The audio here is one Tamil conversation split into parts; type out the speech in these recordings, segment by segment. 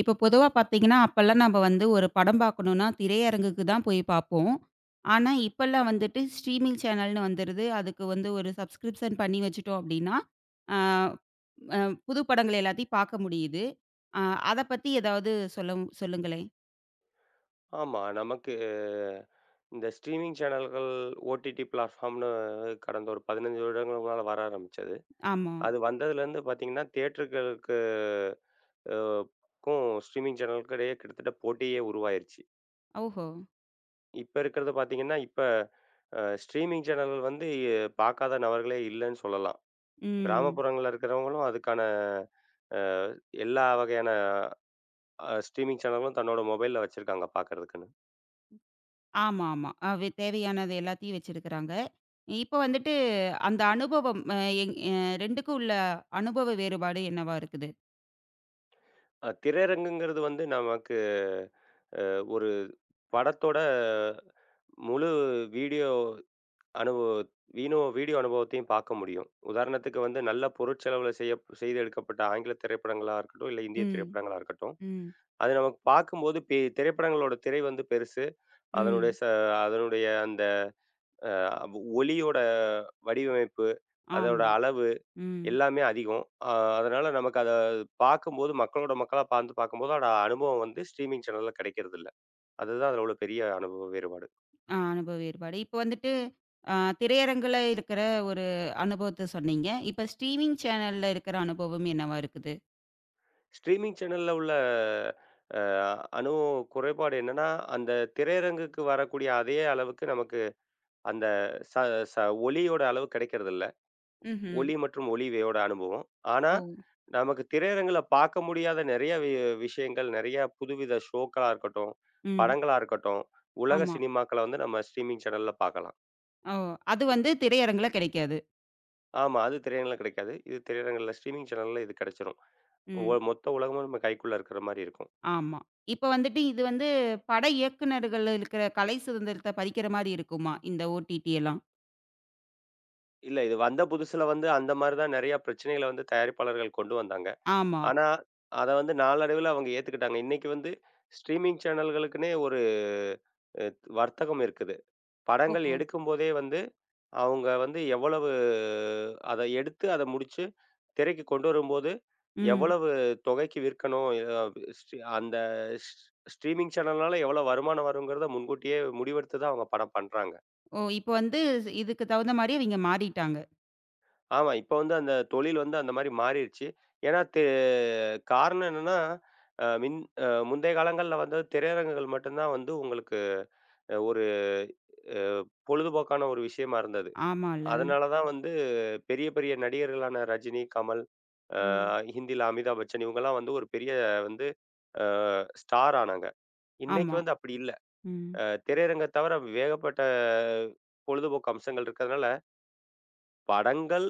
இப்போ பொதுவா பார்த்தீங்கன்னா, அப்பல்லாம் நம்ம வந்து ஒரு படம் பார்க்கணும்னா, திரையரங்குக்கு தான் போய் பார்ப்போம். ஆனா, இப்பல்லாம் வந்துட்டு ஸ்ட்ரீமிங் சேனல்னு வந்துருது. அதுக்கு வந்து ஒரு சப்ஸ்கிரிப்ஷன் பண்ணி வச்சுட்டோம் அப்படின்னா, ஆ, அ புது படங்கள் எல்லாத்தையும் பார்க்க முடியுது. அ அத பத்தி ஏதாவது சொல்லுங்களேன்? ஆமா. நமக்கு இந்த ஸ்ட்ரீமிங் சேனல்கள், ஓடிடி பிளாட்ஃபார்ம்னு கடந்த ஒரு 15 வருடங்களுக்கு முன்னால வர ஆரம்பிச்சது. ஆமா. அது வந்ததுலேருந்து பார்த்தீங்கன்னா, தியேட்டர்களுக்கு அ க்கும் ஸ்ட்ரீமிங் சேனலுக்கும் இடையே கிட்டத்தட்ட போட்டியே உருவாயிருச்சு. ஓஹோ! இப்ப இருக்கிறது பார்த்தீங்கன்னா, இப்ப ஸ்ட்ரீமிங் சேனல்கள் வந்து பார்க்காத நபர்களே இல்லன்னு சொல்லலாம். ம். கிராமப்புறங்கள்ல இருக்கிறவங்களும் அதுக்கான அ எல்லா வகையான ஸ்ட்ரீமிங் சேனலும் தன்னோட மொபைல்ல வச்சிருக்காங்க பார்க்கறதுக்குன்னு. ஆமா, ஆமா. அ வே தேவையானது எல்லாத்தையும் வச்சிருக்கிறாங்க. இப்ப வந்துட்டு அந்த அனுபவம் அ எங் அ 2க்கும் உள்ள அனுபவ வேறுபாடு என்னவா இருக்குது? திரையரங்குங்கிறது வந்து நமக்கு ஒரு படத்தோட முழு வீடியோ அனுபவ வீணோ வீடியோ அனுபவத்தையும் பார்க்க முடியும். உதாரணத்துக்கு வந்து நல்ல பொருட்செலவுல செய்து எடுக்கப்பட்ட ஆங்கில திரைப்படங்களா இருக்கட்டும், இல்ல இந்திய ம், திரைப்படங்களா இருக்கட்டும். ம், அது நமக்கு பார்க்கும்போது திரைப்படங்களோட திரை வந்து பெருசு. அதனுடைய ம். ச அதனுடைய அந்த அ ஒலியோட வடிவமைப்பு, அதோட ஆமா. அளவு ம். எல்லாமே அதிகம். அ அதனால நமக்கு அத பார்க்கும்போது மக்களா பார்ந்து பார்க்கும்போது, அதோட அனுபவம் வந்து ஸ்ட்ரீமிங் சேனல்ல கிடைக்கிறதில்ல. அதுதான் அதில உள்ள பெரிய அனுபவ வேறுபாடு. ஆ, அனுபவ வேறுபாடு. இப்ப வந்துட்டு அ திரையரங்குல இருக்கிற ஒரு அனுபவத்த சொன்னீங்க. இப்ப ஸ்ட்ரீமிங் சேனல்ல இருக்கிற அனுபவம் என்னவா இருக்குது? ஸ்ட்ரீமிங் சேனல்ல உள்ள அ அணு குறைபாடு என்னன்னா, அந்த திரையரங்குக்கு வரக்கூடிய அதே அளவுக்கு நமக்கு அந்த ச ச ஒலியோட அளவு கிடைக்கிறதில்ல. ம்ஹ்ம். ஒலி மற்றும் ஒளியோட அனுபவம். ஆனா, ஓ! நமக்கு திரையரங்குல பார்க்க முடியாத நிறைய விஷயங்கள், நிறைய புதுவித ஷோக்களா இருக்கட்டும், ம். படங்களா இருக்கட்டும், உலக ஆமா. சினிமாக்கள வந்து நம்ம ஸ்ட்ரீமிங் சேனல்ல பார்க்கலாம். ஓ! அது வந்து திரையரங்குல கிடைக்காது. ஆமா, அது திரையரங்குல கிடைக்காது. இது திரையரங்குல ஸ்ட்ரீமிங் சேனல்ல இது கிடைச்சிரும். ம். மொத்த உலகமும் நம்ம கைக்குள்ள இருக்கிற மாரி இருக்கும். ஆமா. இப்ப வந்துட்டு இது வந்து பட இயக்குனர்கள் இருக்கிற கலை சுதந்திரத்த பறிக்கிற மாரி இருக்குமா? இந்த ஓடிடி எல்லாம். இல்ல. இது வந்த புதுசுல வந்து அந்த மாரி தான் நெறைய பிரச்சனைகள வந்து தயாரிப்பாளர்கள் கொண்டு வந்தாங்க. ஆமா. ஆனா, அத வந்து நாளடைவில அவங்க ஏத்துக்கிட்டாங்க. இன்னைக்கு வந்து ஸ்ட்ரீமிங் சேனல்களுக்குன்னே ஒரு அ வர்த்தகம் இருக்குது. படங்கள் ஓஹோ! எடுக்கும்போதே வந்து அவங்க வந்து எவ்வளவு அத எடுத்து அத முடிச்சு திரைக்கு கொண்டு வரும்போது, ம். எவ்வளவு தொகைக்கு விற்கணும்? எ ஸ்ட்ரி அந்த ஸ் ஸ்ட்ரீமிங் சேனல்னால எவ்வளோ வருமானம் வருங்கிறத முன்கூட்டியே முடிவெடுத்து தான் அவங்க படம் பண்றாங்க. ஓ! இப்ப வந்து இதுக்கு தகுந்த மாரி அவிங்க மாறிட்டாங்க. ஆமா. இப்ப வந்து அந்த தொழில் வந்து அந்த மாரி மாறிருச்சு. ஏன்னா தெ காரணம் என்னன்னா, அ மின் அ முந்தைய காலங்கள்ல வந்து திரையரங்குகள் மட்டும்தான் வந்து உங்களுக்கு ஒரு அ பொழுதுபோக்கான ஒரு விஷயமா இருந்தது. ஆமால்ல. அதனால தான் வந்து பெரிய பெரிய நடிகர்களான ரஜினி, கமல், அ ம். ஹிந்தில அமிதாப் பச்சன் இவங்கலாம் வந்து ஒரு பெரிய வந்து அ ஸ்டார் ஆனாங்க. இன்னைக்கு ஆமா. வந்து அப்படி இல்ல. ம். திரையரங்க தவிர வேகப்பட்ட பொழுதுபோக்கு அம்சங்கள் இருக்கிறதுனால படங்கள்,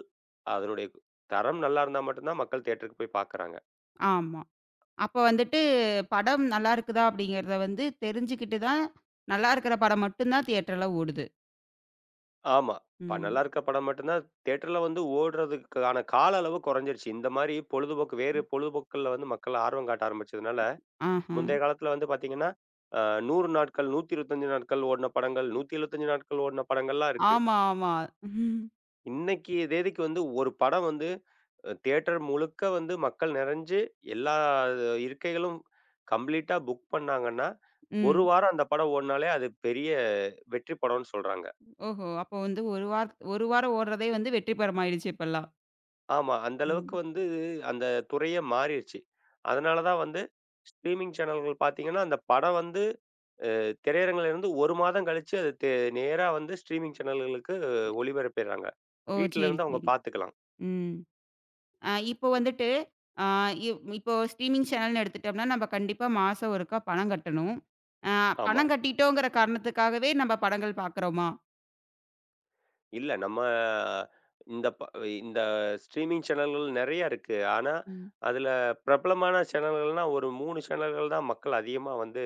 அதனுடைய தரம் நல்லா இருந்தா மட்டும் தான் மக்கள் தியேட்டருக்கு போய் பார்க்குறாங்க. ஆமா. அப்ப வந்துட்டு படம் நல்லா இருக்குதா அப்படிங்கிறத வந்து தெரிஞ்சுக்கிட்டு தான், நல்லா இருக்கிற படம் மட்டும் தான் தியேட்டர்ல ஓடுது. ஆமா. நல்லா ம். இருக்க படம் மட்டும் தான் தியேட்டர்ல வந்து ஓடுறதுக்கான கால அளவு குறைஞ்சிருச்சு. இந்த மாரி பொழுதுபோக்கு வேறு பொழுதுபோக்குகள்ல வந்து மக்கள் ஆர்வம் காட்ட ஆரம்பிச்சதுனால, ஆஹா. முந்தைய காலத்துல வந்து பார்த்தீங்கன்னா, அ 100 நாட்கள், 125 நாட்கள் ஓடின படங்கள், 175 நாட்கள் ஓடின படங்கள்லாம் இருக்கு. ஆமா, ஆமா. இன்னைக்கு தேதிக்கு வந்து ஒரு படம் வந்து தியேட்டர் முழுக்க வந்து மக்கள் நிறைஞ்சு எல்லா இருக்கைகளும் கம்ப்ளீட்டா புக் பண்ணாங்கன்னா, ஒரு ம். வாரம் அந்த படம் ஓடுனாலே, அது பெரிய வெற்றி படம்னு சொல்றாங்க. ஓஹோ! அப்போ வந்து 1 வாரம் ஓடுறதே வந்து வெற்றி பெறமாயிடுச்சு இப்பல்லாம். ஆமா. அந்த அளவுக்கு ம். வந்து அந்த துறையே மாறிருச்சு. அதனால தான் வந்து ஸ்ட்ரீமிங் சேனல்கள் பார்த்தீங்கன்னா, அந்த படம் வந்து திரையரங்குல இருந்து 1 மாதம் கழிச்சு அது நேரா வந்து ஸ்ட்ரீமிங் சேனல்களுக்கு ஒளிபரப்பிர்றாங்க. ஓ! வீட்ல சரி, இருந்து அவங்க சரி. பார்த்துக்கலாம். ம். இப்போ வந்துட்டு அ இவ் இப்போ ஸ்ட்ரீமிங் சேனல்னு எடுத்துட்டோம்னா, நம்ம கண்டிப்பா மாசம் ஒருக்கா பணம் கட்டணும். அ ஆமா. பணம் கட்டிட்டோங்கிற காரணத்துக்காகவே நம்ம படங்கள் பார்க்குறோமா? இல்ல நம்ம இந்த ப இந்த ஸ்ட்ரீமிங் சேனல்கள் நெறையா இருக்கு. ஆனா, ம். அதுல பிரபலமான சேனல்கள்னா ஒரு 3 சேனல்கள் தான் மக்கள் அதிகமா வந்து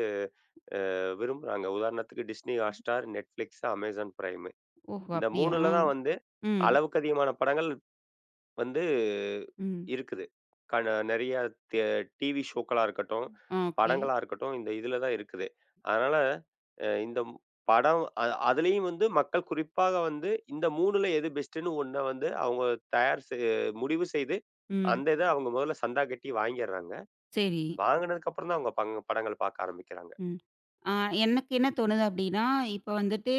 விரும்புறாங்க. உதாரணத்துக்கு Disney Hotstar, Netflix, Amazon Prime. ஓஹோ! இந்த அப்படியா? 3ல தான் வந்து ம், அளவுக்கு அதிகமான படங்கள் வந்து ம். இருக்குது. நெறைய தே டிவி ஷோக்களா இருக்கட்டும், ஆ, ஓகே. படங்களா இருக்கட்டும், இந்த இதில தான் இருக்குது. அதனால அ இந்த ம் படம் அதுலயும் வந்து மக்கள் குறிப்பாக வந்து இந்த 3ல எது பெஸ்ட்டுன்னு ஒண்ண வந்து அவங்க தயார் செ முடிவு செய்து, ம். அந்த இத அவங்க முதல்ல சந்தா கட்டி வாங்கிர்றாங்க. சரி. வாங்குனதுக்கப்புறம் தான் அவங்க படங்கள் பார்க்க ஆரம்பிக்கிறாங்க. ம். ஆ, எனக்கு என்ன தோணுது அப்டின்னா, இப்ப வந்துட்டு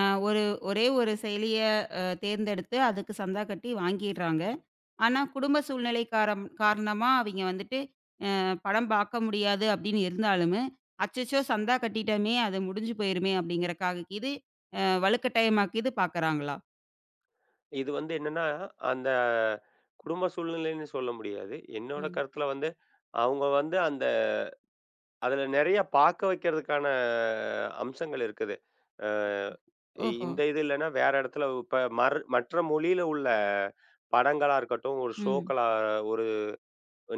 அ ஒரு ஒரே ஒரு செயலிய தேர்ந்தெடுத்து அதுக்கு சந்தா கட்டி வாங்கிர்றாங்க. ஆனா, குடும்ப சூழ்நிலை காரணமா அவிங்க வந்துட்டு படம் பாக்க முடியாது அப்டின்னு இருந்தாலுமே, அச்சச்சோ! சந்தா கட்டிட்டோமே! அது முடிஞ்சு போயிருமே! அப்டிங்கிறக்காகக்கீது வலுக்கட்டாயமாக்கீது பாக்குறாங்களா? இது வந்து என்னன்னா, அந்த குடும்ப சூழ்நிலைன்னு சொல்ல முடியாது. என்னோட ம். கருத்துல வந்து, அவங்க வந்து அந்த அதுல நெறைய பாக்க வைக்கிறதுக்கான அம்சங்கள் இருக்குது. அ ஓஹோ! இந்த இது இல்லன்னா வேற இடத்துல இப்ப மற்ற மொழியில உள்ள படங்களா இருக்கட்டும், ஒரு ம். ஷோக்களா ஒரு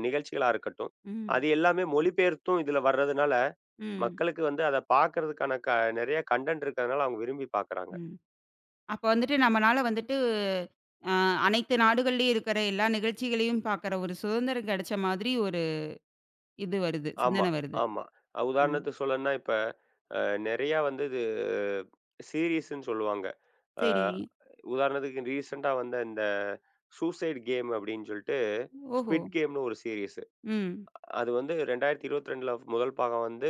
நிகழ்ச்சிகளா இருக்கட்டும், ம். அது எல்லாமே மொழிபெயர்த்தும் இதுல வர்றதுனால, ம். மக்களுக்கு வந்து அத பாக்கறதுக்கான நெறைய கன்டென்ட் இருக்கறதுனால அவங்க விரும்பி பாக்குறாங்க. ம். அப்ப வந்துட்டு நம்மனால வந்துட்டு, அ அனைத்து நாடுகள்லயும் இருக்கிற எல்லா நிகழ்ச்சிகளையும் பார்க்குற ஒரு சுதந்திரம் கிடைச்ச மாதிரி ஒரு இது வருது, ஆமா, சிந்தனை வருது. ஆமா. ம். உதாரணத்துக்கு சொல்லணும்னா, இப்ப அ நெறையா வந்து இது சீரிஸ்ன்னு சொல்லுவாங்க. அ சரி. உதாரணத்துக்கு ரீசென்ட்டா வந்த இந்த சூசைட் கேம் அப்டின்னு சொல்லிட்டு, ஓஹோ! ஸ்குவிட் கேம்னு ஒரு சீரிஸ். ம். அது வந்து 2022ல முதல் பாகம் வந்து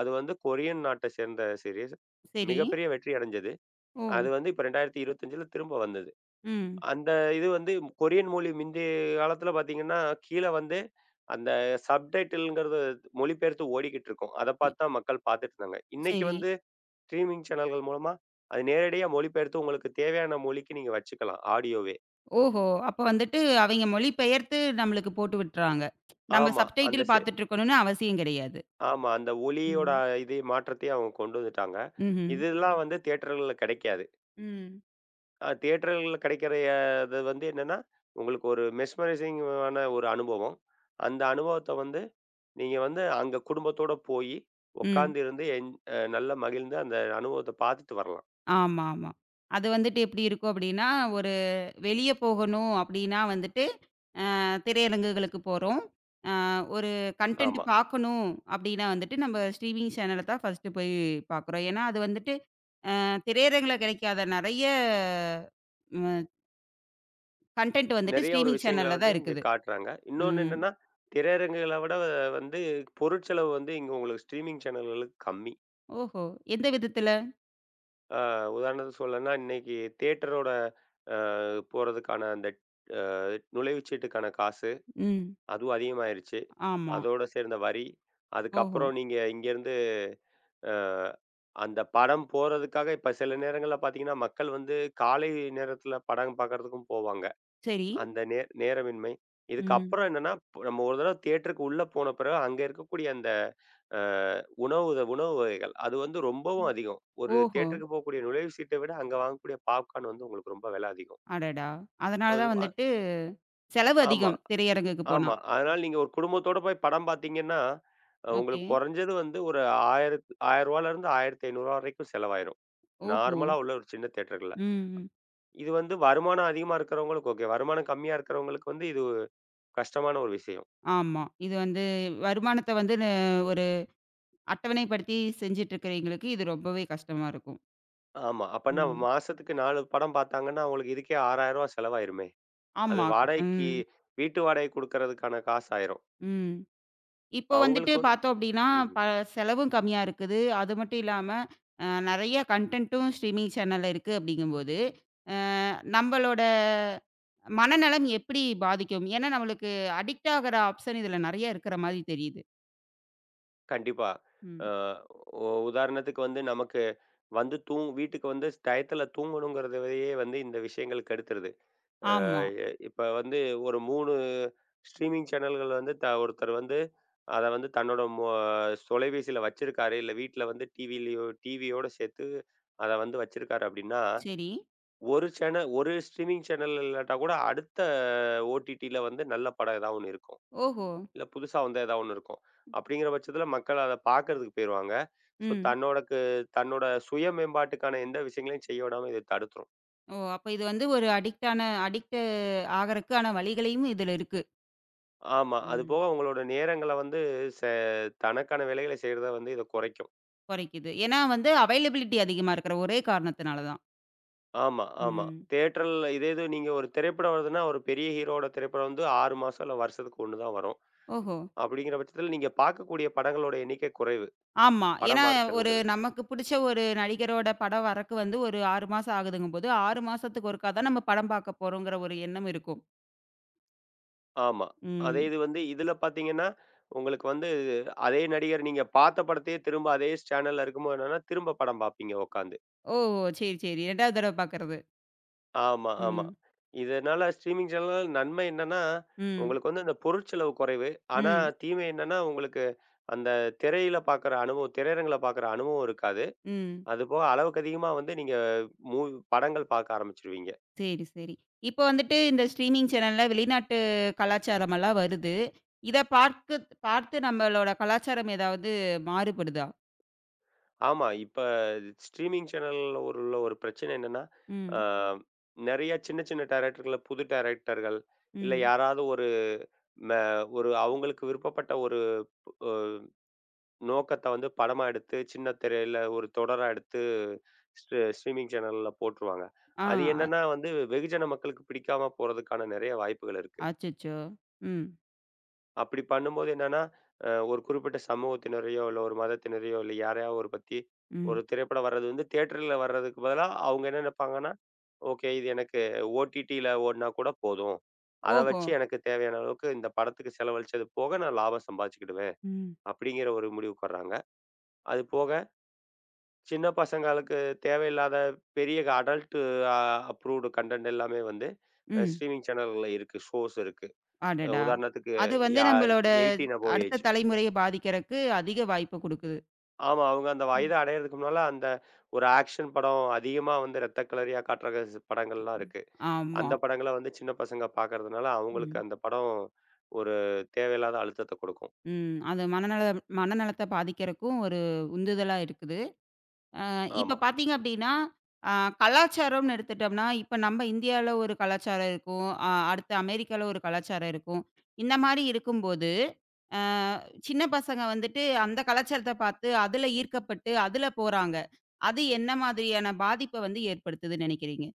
அது வந்து கொரியன் நாட்ட சேர்ந்த சீரிஸ். சரி. மிகப்பெரிய வெற்றி அடைஞ்சது. ஓ! அது வந்து இப்ப 2025ல திரும்ப வந்தது. ம். அந்த இது வந்து கொரியன் மொழி மிந்தைய காலத்துல பார்த்தீங்கன்னா, கீழ வந்து அந்த சப்டைட்டில்ங்கிறது மொழிபெயர்த்து ஓடிக்கிட்டு இருக்கும். அத அ பார்த்து தான் மக்கள் பார்த்துட்டு இருந்தாங்க. இன்னைக்கு சரி. வந்து ஸ்ட்ரீமிங் சேனல்கள் மூலமா அது நேரடியா மொழிபெயர்த்து உங்களுக்கு தேவையான மொழிக்கு நீங்க வச்சுக்கலாம். ஆடியோவே. ஓஹோ! அப்ப வந்துட்டு அவைங்க மொழி பெயர்த்து நம்மளுக்கு போட்டு விட்டுறாங்க. நம்ம ஆமா. அந்த சப்டைட்டில் செ பார்த்துட்டு இருக்கணும்னு அவசியம் கிடையாது. ஆமா. அந்த ஒலியோட ம். இது மாற்றத்தையும் அவங்க கொண்டு வந்துட்டாங்க. ம்ஹ்ம். இதெல்லாம் வந்து தியேட்டர்கள்ல கிடைக்காது. ம். தியேட்டர்கள்ல கிடைக்கிற அது வந்து என்னன்னா, உங்களுக்கு ஒரு மெஸ்மரைசிங் ஆன ஒரு அனுபவம். அந்த அனுபவத்த வந்து நீங்க வந்து அங்க குடும்பத்தோட போயி ம். உட்கார்ந்து இருந்து என் அ நல்லா மகிழ்ந்து அந்த அனுபவத்த பார்த்துட்டு வரலாம். ஆமா, ஆமா. அது வந்துட்டு எப்படி இருக்கும் அப்படின்னா, ஒரு வெளிய போகணும் அப்படின்னா வந்துட்டு திரையரங்குகளுக்கு போறோம். ஒரு கன்டென்ட் ஆமா. பார்க்கணும் அப்டின்னா வந்துட்டு, நம்ம ஸ்ட்ரீமிங் சேனல தான் ஃபர்ஸ்ட் போய் பார்க்குறோம். ஏன்னா, அது வந்துட்டு திரையரங்குல கிடைக்காத நெறைய ம் கன்டென்ட் வந்துட்டு நெறைய ஒரு ஸ்ட்ரீமிங் விஷயங்கள சேனல்ல வந்து தான் இங்க இருக்குது. காட்டுறாங்க. இன்னொன்னு ம். என்னன்னா, திரையரங்குகள விட வந்து பொருட்செலவு வந்து இங்க உங்களுக்கு ஸ்ட்ரீமிங் சேனல்களுக்கு கம்மி. ஓஹோ! எந்த விதத்துல? ஆ உதாரணத்துக்கு சொல்லணும்னா, இன்னைக்கு தியேட்டரோட அ போறதுக்கான அந்த அ நுழைவுச்சீட்டுக்கான காசு, ம். அதுவும் அதிகமாயிருச்சு. ஆமா. அதோட சேர்ந்த வரி, ஓஹோ! அதுக்கப்புறம் நீங்க இங்கேருந்து அ அந்த படம் போறதுக்காக இப்ப சில நேரங்கள்ல பார்த்தீங்கன்னா, மக்கள் வந்து காலை நேரத்தில படம் பார்க்கறதுக்கும் போவாங்க. சரி. அந்த நேரமின்மை. ம். இதுக்கப்புறம் என்னன்னா, நம்ம ஒரு தடவ தியேட்டருக்கு உள்ள போன பிறகு அங்க இருக்கக்கூடிய அந்த அ உணவு வ உணவு வகைகள் அது வந்து ரொம்பவும் அதிகம். ஒரு ஓஹோ! தியேட்டருக்கு போகக்கூடிய நுழைவு சீட்ட விட அங்க வாங்கக்கூடிய பாப்கார்ன் வந்து உங்களுக்கு ரொம்ப விலை அதிகம். அடடா! அதனால அது தான் அ வந்துட்டு செலவு ஆமா, அதிகம் திரையரங்குக்கு போனா. ஆமா. அதனால நீங்க ஒரு குடும்பத்தோட போய் படம் பார்த்தீங்கன்னா, ஓகே. உங்களுக்கு குறைஞ்சது வந்து ஒரு 1000 ரூ. 1000லேருந்து ரூ. 1500 வரைக்கும் செலவாயிரும். ஓஹோ! நார்மலா உள்ள ஒரு சின்ன தியேட்டர்கள்ல. ம். ம். இது வந்து வருமானம் அதிகமா இருக்கிறவங்களுக்கு ஓகே. வருமானம் கம்மியா இருக்கிறவங்களுக்கு வந்து இது கஷ்டமான ஒரு விஷயம். ஆமா. இது வந்து வருமானத்த வந்து அட்டவணைப்படுத்தி செஞ்சுட்ருக்கிறவங்களுக்கு இது ரொம்பவே கஷ்டமா இருக்கும். ஆமா. அப்பன்னா ம். மாசத்துக்கு 4 படம் பார்த்தாங்கன்னா, அவங்களுக்கு இதுக்கே ரூ. 6,000 செலவாயிருமே! அது ஆமா. ம். வாடகைக்கு வீட்டு வாடகை குடுக்கறதுக்கான காசு ஆயிரும். ம். இப்போ வந்துட்டு அவங்களுக்கு பார்த்தோம் அப்டின்னா, ம்ஹ்ம். ப செலவும் கம்மியா இருக்குது. அது மட்டும் இல்லாம, நெறைய கன்டென்ட்டும் ஸ்ட்ரீமிங் சேனல்ல இருக்கு அப்டிங்கும்போது, அ நம்பளோட மனநலம் எப்படி பாதிக்கும்? ஏன்னா, நம்மளுக்கு அடிக்ட் ஆகுற ஆப்ஷன் இதுல நெறைய இருக்கிற மாரி தெரியுது. கண்டிப்பா. ம். அ உ உதாரணத்துக்கு வந்து நமக்கு வந்து வீட்டுக்கு வந்து டயத்துல தூங்கணுங்கிறதையே வந்து இந்த விஷயங்கள் கெடுத்துருது. அ ஆமா. எ இப்ப வந்து ஒரு 3 ஸ்ட்ரீமிங் சேனல்கள் வந்து ஒருத்தர் வந்து அத வந்து தன்னோட மொ தொலைபேசியில வச்சிருக்காரு. இல்ல வீட்ல வந்து டிவிலயோ டிவியோட சேர்த்து அத வந்து வச்சிருக்காரு அப்டின்னா சரி. ஒரு சேனல் ஒரு ஸ்ட்ரீமிங் சேனல் இல்லாட்டா கூட, அடுத்த ஓடிடில வந்து நல்ல படம் ஏதாவது ஒண்ணு இருக்கும். ஓஹோ! இல்ல புதுசா வந்த ஏதாவது ஒண்ணு இருக்கும். அப்படிங்கிற பட்சத்தில மக்கள் அத பார்க்கறதுக்கு போயிருவாங்க. ஸோ ம். தன்னோடக்கு தன்னோட சுய மேம்பாட்டுக்கான எந்த விஷயங்களையும் செய்ய விடாம இது தடுத்துரும். ஓ! அப்ப இது வந்து ஒரு அடிக்ட் ஆகறக்கான வழிகளையும் இதுல இருக்கு. ஆமா. ம். அதுபோக உங்களோட நேரங்கள வந்து செ தனக்கான வேலைகள செய்றத வந்து இத குறைக்கும். குறைக்குது. ஏன்னா வந்து அவைலபிலிட்டி அதிகமா இருக்கிற ஒரே காரணத்தினால தான். ஆமா, ஆமா. ம். தியேட்டர்ல இதே இது நீங்க ஒரு திரைப்படம் வருதுன்னா, ஒரு பெரிய ஹீரோவோட திரைப்படம் வந்து 6 மாசம் இல்ல வருஷத்துக்கு 1 தான் வரும். ஓஹோ! அப்படிங்கிற பட்சத்தில நீங்க பார்க்கக்கூடிய படங்களோட எண்ணிக்கை குறைவு. ஆமா. ஏன்னா படம் ஒரு பார்க்கறதுங்கிறது. நமக்கு புடிச்ச ஒரு நடிகரோட படம் வரக்கு வந்து ஒரு 6 மாசம் ஆகுதுங்கும்போது, 6 மாசத்துக்கு ஒருக்கா தான் நம்ம படம் பார்க்க போறோங்கிற ஒரு எண்ணம் இருக்கும். ஆமா. அதே ம். இது வந்து இதுல பார்த்தீங்கன்னா, உங்களுக்கு வந்து அதே நடிகர் நீங்க பார்த்த படத்தையே திரும்ப அதே சேனல்ல இருக்கும்போது என்னன்னா, திரும்ப படம் பார்ப்பீங்க உட்காந்து. ஓ! சரி, சரி. 2ஆவது தடவ பார்க்கறது. ஆமா, ஆமா. ம். இதனால ஸ்ட்ரீமிங் சேனல்னால நன்மை என்னன்னா, ம். உங்களுக்கு வந்து அந்த பொருட்செலவு குறைவு. ஆனா ம். தீமை என்னன்னா, உங்களுக்கு அந்த திரையில பார்க்குற அனுபவம் திரையரங்குல பார்க்குற அனுபவம் இருக்காது. ம். அதுபோக அளவுக்கு அதிகமா வந்து நீங்க மூவி படங்கள் பார்க்க ஆரம்பிச்சுருவீங்க. சரி, சரி. இப்ப வந்துட்டு இந்த ஸ்ட்ரீமிங் சேனல்ல வெளிநாட்டு கலாச்சாரமெல்லாம் வருது. இத பார்த்து நம்மளோட கலாச்சாரம் ஏதாவது மாறுபடுதா? ஆமா. இப்ப ஸ்ட்ரீமிங் சேனல்ல ஒரு உள்ள ஒரு பிரச்சனை என்னன்னா, அ ம். நெறைய சின்ன சின்ன டைரக்டர்கள புது டைரக்டர்கள், இல்ல ம். யாராவது ஒரு ம ஒரு அவங்களுக்கு விருப்பப்பட்ட ஒரு அ நோக்கத்த வந்து படமா எடுத்து, சின்ன திரையில ஒரு தொடரா எடுத்து ஸ்ட்ரீமிங் சேனல்ல போட்டுருவாங்க. அது ஆ. என்னன்னா வந்து வெகுஜன மக்களுக்கு பிடிக்காம போறதுக்கான நெறைய வாய்ப்புகள் இருக்கு. அச்சச்சோ! ம், அப்படி பண்ணும்போது என்னன்னா, ஒரு குறிப்பிட்ட சமூகத்தினரையோ, இல்ல ஒரு மதத்தினரையோ, இல்ல யாரையாவது ஒரு பத்தி ஒரு ம். திரைப்படம் வர்றது வந்து தியேட்டர்ல வர்றதுக்கு பதிலா அவங்க என்ன நினைப்பாங்கன்னா, ஓகே இது எனக்கு ஓடிடியில ஓடுனா கூட போதும். அத ஓஹோ! வச்சு எனக்கு தேவையான அளவுக்கு இந்த படத்துக்கு செலவழிச்சது போக நான் லாபம் சம்பாதிச்சுக்கிடுவேன். ம், அப்படிங்கிற ஒரு முடிவுக்கு வர்றாங்க. அது போக சின்ன பசங்களுக்கு தேவையில்லாத பெரிய அடல்ட் அ அப்ரூவ்டு கன்டென்ட் எல்லாமே வந்து ம். ஸ்ட்ரீமிங் சேனல்கள்ல இருக்கு. ஷோஸ் இருக்கு. அடடா! உதாரணத்துக்கு அது வந்து யா நம்மளோட 18 அபோவ் அடுத்த ஏஜ். தலைமுறைய பாதிக்கிறக்கு அதிக வாய்ப்பு குடுக்குது. ஆமா. அவங்க அந்த வயத ம், அடையறதுக்கு முன்னால அந்த ஒரு ஆக்ஷன் படம் அதிகமா வந்து ரத்த களரியா காட்டுற படங்கள்லாம் ம். இருக்கு. ஆமா. அந்த படங்கள வந்து சின்ன பசங்க பார்க்கறதுனால, அவங்களுக்கு ம், அந்த படம் ஒரு தேவையில்லாத அழுத்தத்த குடுக்கும். ம். அது மனநலத்த பாதிக்கிறக்கும் ஒரு உந்துதலா இருக்குது. இப்ப ஆமா. பார்த்தீங்க அப்படின்னா, அ கலாச்சாரம்னு எடுத்துட்டோம்னா, இப்ப நம்ம இந்தியால ஒரு கலாச்சாரம் இருக்கும். அடுத்து அமெரிக்கால ஒரு கலாச்சாரம் இருக்கும். இந்த மாரி இருக்கும்போது, அ சின்ன பசங்க வந்துட்டு அந்த கலாச்சாரத்த பார்த்து, அதுல ஈர்க்கப்பட்டு அதுல போறாங்க. அது என்ன மாதிரியான பாதிப்ப வந்து ஏற்படுத்துதுன்னு நினைக்கிறீங்க?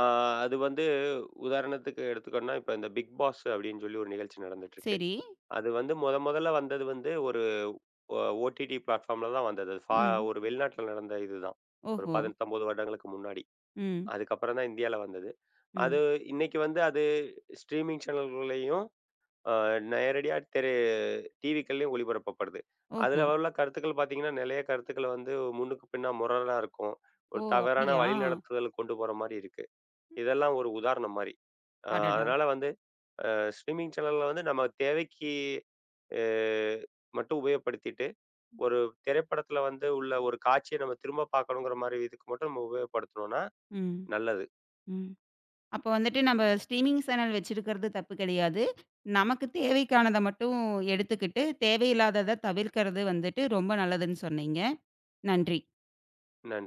ஆ அது வந்து உதாரணத்துக்கு எடுத்துக்கணும்னா, இப்ப இந்த பிக் பாஸ் அப்டின்னு சொல்லி ஒரு நிகழ்ச்சி நடந்துட்டுருக்கு. சரி. அது வந்து மொதல்ல வந்தது வந்து ஒரு ஓ ஓடிடி பிளாட்ஃபார்ம்ல தான் வந்தது. அது ஃபா ம். ஒரு வெளிநாட்டுல நடந்த இதுதான். ஒரு ஓஹோ! 18, 19 வருடங்களுக்கு முன்னாடி. ம். அதுக்கப்புறம் தான் இந்தியால வந்தது. அது ம். இன்னைக்கு வந்து அது ஸ்ட்ரீமிங் சேனல்கள்லயும் அ நேரடியா டிவிக்கள்லயும் ஒளிபரப்பப்படுது. ஓஹோ! அதுல உள்ள கருத்துக்கள் பார்த்தீங்கன்னா, நெறைய கருத்துக்கள வந்து முன்னுக்கு பின்னா முரணா இருக்கும். ஓ! ஒரு தவறான அப்படியா? வழிநடத்துதலுக்கு கொண்டு போற மாரி இருக்கு. இதெல்லாம் ஒரு உதாரணம் மாரி. அடடா! அதனால வந்து ஸ்ட்ரீமிங் சேனல்ல வந்து நம்ம தேவைக்கு அ மட்டும் உபயோகப்படுத்திட்டு, ஒரு திரைப்படத்துல வந்து உள்ள ஒரு காட்சிய நம்ம திரும்ப பார்க்கணுங்கிற மாரி இதுக்கு மட்டும் நம்ம உபயோகப்படுத்துனோம்னா ம். நல்லது. ம். அப்போ வந்துட்டு நம்ம ஸ்ட்ரீமிங் சேனல் வச்சிருக்கிறது தப்பு கிடையாது. நமக்கு தேவைக்கானத மட்டும் எடுத்துக்கிட்டு, தேவையில்லாதத தவிர்க்கிறது வந்துட்டு ரொம்ப நல்லதுன்னு சொன்னீங்க. நன்றி. நன்றி.